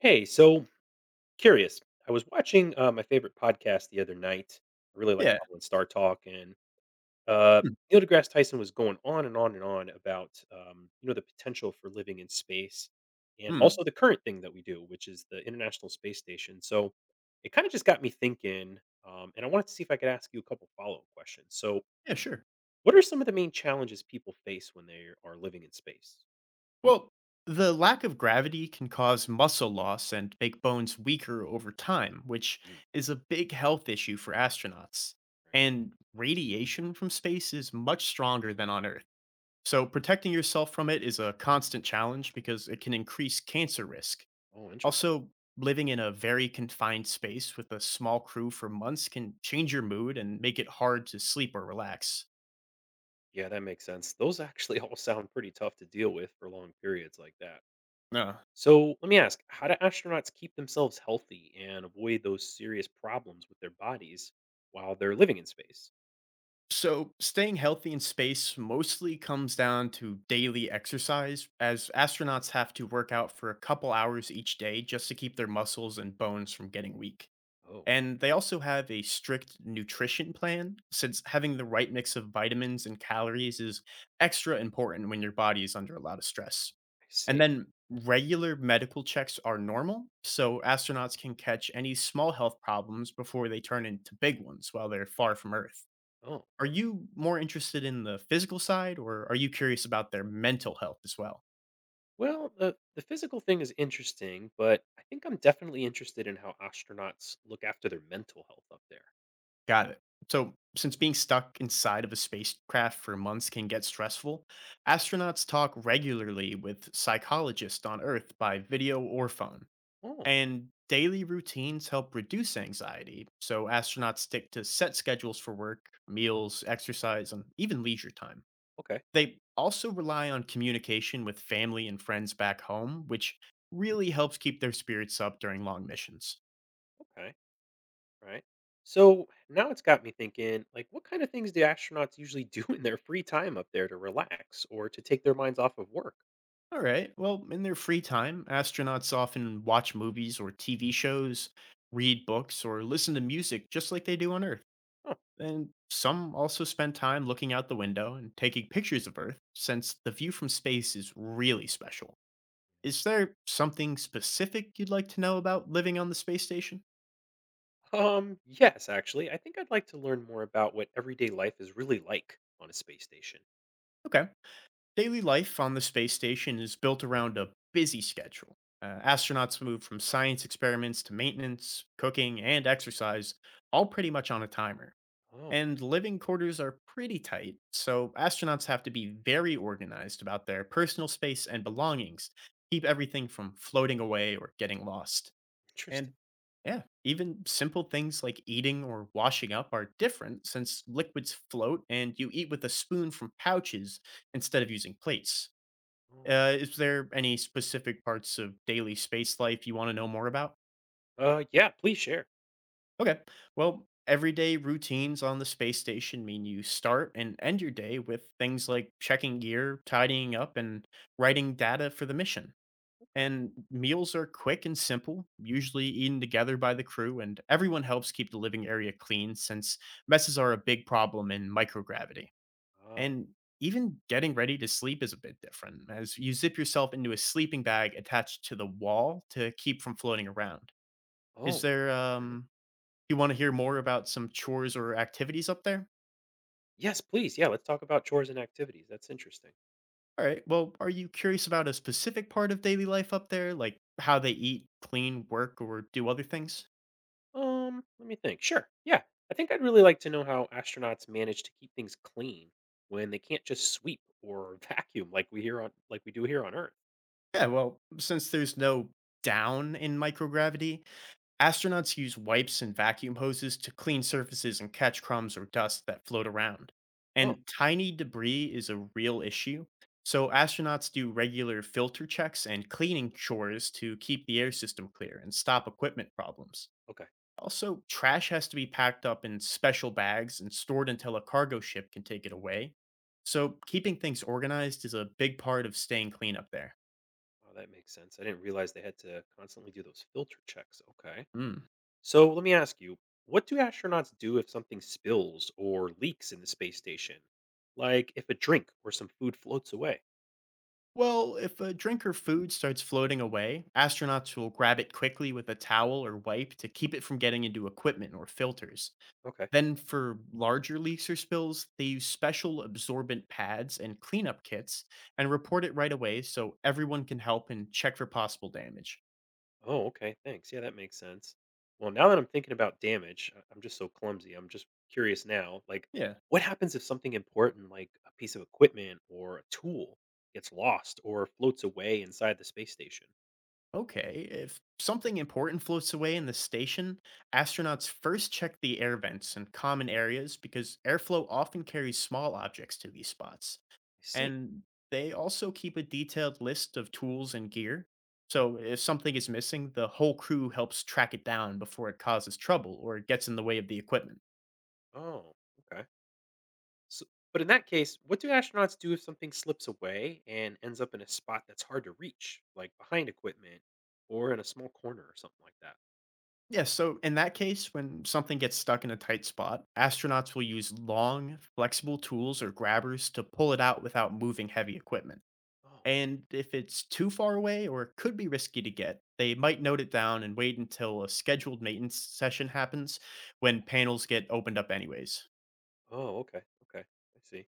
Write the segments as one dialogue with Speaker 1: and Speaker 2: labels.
Speaker 1: Hey, so curious. I was watching my favorite podcast the other night. I really like
Speaker 2: Yeah.
Speaker 1: following Star Talk, and uh,
Speaker 2: Mm,
Speaker 1: Neil deGrasse Tyson was going on and on and on about the potential for living in space, and
Speaker 2: mm.
Speaker 1: also the current thing that we do, which is the International Space Station. So it kind of just got me thinking, and I wanted to see if I could ask you a couple follow up questions. So,
Speaker 2: Yeah, sure.
Speaker 1: what are some of the main challenges people face when they are living in space?
Speaker 2: Well, the lack of gravity can cause muscle loss and make bones weaker over time, which
Speaker 1: Mm,
Speaker 2: is a big health issue for astronauts.
Speaker 1: right.
Speaker 2: And radiation from space is much stronger than on Earth. So protecting yourself from it is a constant challenge because it can increase cancer risk.
Speaker 1: Oh, interesting.
Speaker 2: Also, living in a very confined space with a small crew for months can change your mood and make it hard to sleep or relax.
Speaker 1: Yeah, that makes sense. Those actually all sound pretty tough to deal with for long periods like that.
Speaker 2: No.
Speaker 1: So let me ask, how do astronauts keep themselves healthy and avoid those serious problems with their bodies while they're living in space?
Speaker 2: So, staying healthy in space mostly comes down to daily exercise, as astronauts have to work out for a couple hours each day just to keep their muscles and bones from getting weak.
Speaker 1: Oh,
Speaker 2: And they also have a strict nutrition plan, since having the right mix of vitamins and calories is extra important when your body is under a lot of stress.
Speaker 1: I
Speaker 2: And
Speaker 1: see.
Speaker 2: then regular medical checks are normal, so astronauts can catch any small health problems before they turn into big ones while they're far from Earth.
Speaker 1: Oh,
Speaker 2: Are you more interested in the physical side or are you curious about their mental health as well?
Speaker 1: well, the physical thing is interesting, but I think I'm definitely interested in how astronauts look after their mental health up there.
Speaker 2: Got it. So, since being stuck inside of a spacecraft for months can get stressful, astronauts talk regularly with psychologists on Earth by video or phone.
Speaker 1: Oh,
Speaker 2: And daily routines help reduce anxiety, so astronauts stick to set schedules for work, meals, exercise, and even leisure time.
Speaker 1: okay.
Speaker 2: They also rely on communication with family and friends back home, which really helps keep their spirits up during long missions.
Speaker 1: Okay. Right. So now it's got me thinking, like, what kind of things do astronauts usually do in their free time up there to relax or to take their minds off of work?
Speaker 2: All right, well, in their free time, astronauts often watch movies or TV shows, read books, or listen to music just like they do on Earth.
Speaker 1: Huh.
Speaker 2: And some also spend time looking out the window and taking pictures of Earth, since the view from space is really special. Is there something specific you'd like to know about living on the space station?
Speaker 1: Yes, actually, I think I'd like to learn more about what everyday life is really like on a space station.
Speaker 2: Okay. Daily life on the space station is built around a busy schedule. Astronauts move from science experiments to maintenance, cooking, and exercise, all pretty much on a timer.
Speaker 1: Oh,
Speaker 2: And living quarters are pretty tight, so astronauts have to be very organized about their personal space and belongings, keep everything from floating away or getting lost.
Speaker 1: interesting.
Speaker 2: And yeah, even simple things like eating or washing up are different since liquids float and you eat with a spoon from pouches instead of using plates.
Speaker 1: Oh.
Speaker 2: Is there any specific parts of daily space life you want to know more about?
Speaker 1: Yeah, please share.
Speaker 2: Okay, well, everyday routines on the space station mean you start and end your day with things like checking gear, tidying up, and writing data for the mission.
Speaker 1: Okay.
Speaker 2: And meals are quick and simple, usually eaten together by the crew, and everyone helps keep the living area clean since messes are a big problem in microgravity.
Speaker 1: Ah.
Speaker 2: And even getting ready to sleep is a bit different, as you zip yourself into a sleeping bag attached to the wall to keep from floating around. Is
Speaker 1: Oh.
Speaker 2: there,
Speaker 1: Okay.
Speaker 2: um, you want to hear more about some chores or activities up there?
Speaker 1: Yes, please. Yeah, let's talk about chores and activities. That's interesting.
Speaker 2: All right, well, are you curious about a specific part of daily life up there, like how they eat, clean, work, or do other things?
Speaker 1: Let me think. Sure. Yeah. I think I'd really like to know how astronauts manage to keep things clean when they can't just sweep or vacuum like we hear on like we do here on Earth.
Speaker 2: Yeah, well, since there's no down in microgravity, astronauts use wipes and vacuum hoses to clean surfaces and catch crumbs or dust that float around.
Speaker 1: Oh,
Speaker 2: And tiny debris is a real issue. So astronauts do regular filter checks and cleaning chores to keep the air system clear and stop equipment problems.
Speaker 1: okay.
Speaker 2: Also, trash has to be packed up in special bags and stored until a cargo ship can take it away. So, keeping things organized is a big part of staying clean up there.
Speaker 1: Wow, that makes sense. I didn't realize they had to constantly do those filter checks. Okay.
Speaker 2: Mm.
Speaker 1: So let me ask you, what do astronauts do if something spills or leaks in the space station? Like if a drink or some food floats away.
Speaker 2: Well, if a drink or food starts floating away, astronauts will grab it quickly with a towel or wipe to keep it from getting into equipment or filters.
Speaker 1: Okay.
Speaker 2: Then, for larger leaks or spills, they use special absorbent pads and cleanup kits and report it right away so everyone can help and check for possible damage.
Speaker 1: Oh, okay. Thanks. Yeah, that makes sense. Well, now that I'm thinking about damage, I'm just so clumsy. I'm just curious now. Like,
Speaker 2: Yeah.
Speaker 1: what happens if something important, like a piece of equipment or a tool, gets lost or floats away inside the space station?
Speaker 2: Okay, if something important floats away in the station, astronauts first check the air vents and common areas because airflow often carries small objects to these spots.
Speaker 1: I see.
Speaker 2: And they also keep a detailed list of tools and gear. So if something is missing, the whole crew helps track it down before it causes trouble or it gets in the way of the equipment.
Speaker 1: Oh, okay. So, but in that case, what do astronauts do if something slips away and ends up in a spot that's hard to reach, like behind equipment or in a small corner or something like that?
Speaker 2: Yes. So in that case, when something gets stuck in a tight spot, astronauts will use long, flexible tools or grabbers to pull it out without moving heavy equipment.
Speaker 1: Oh,
Speaker 2: And if it's too far away or could be risky to get, they might note it down and wait until a scheduled maintenance session happens when panels get opened up, anyways.
Speaker 1: oh, okay. Okay. I see.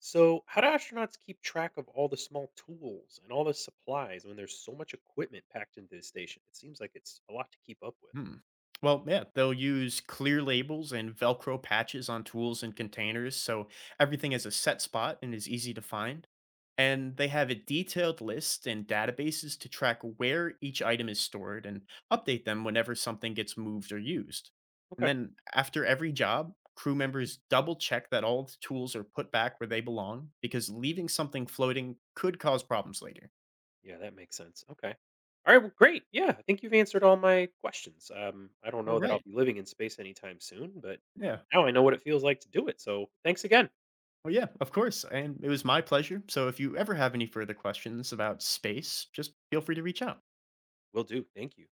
Speaker 1: So, how do astronauts keep track of all the small tools and all the supplies when there's so much equipment packed into the station? It seems like it's a lot to keep up with.
Speaker 2: Hmm. Well, yeah, they'll use clear labels and Velcro patches on tools and containers so everything has a set spot and is easy to find. And they have a detailed list and databases to track where each item is stored and update them whenever something gets moved or used. And
Speaker 1: Okay.
Speaker 2: then after every job, crew members double check that all the tools are put back where they belong because leaving something floating could cause problems later.
Speaker 1: Yeah, that makes sense. Okay. All right. Well, great. Yeah, I think you've answered all my questions. I don't
Speaker 2: All
Speaker 1: know that I'll
Speaker 2: right.
Speaker 1: be living in space anytime soon, but
Speaker 2: Yeah.
Speaker 1: now I know what it feels like to do it. So, thanks again.
Speaker 2: Well, yeah, of course. And it was my pleasure. So if you ever have any further questions about space, just feel free to reach out.
Speaker 1: Will do. Thank you.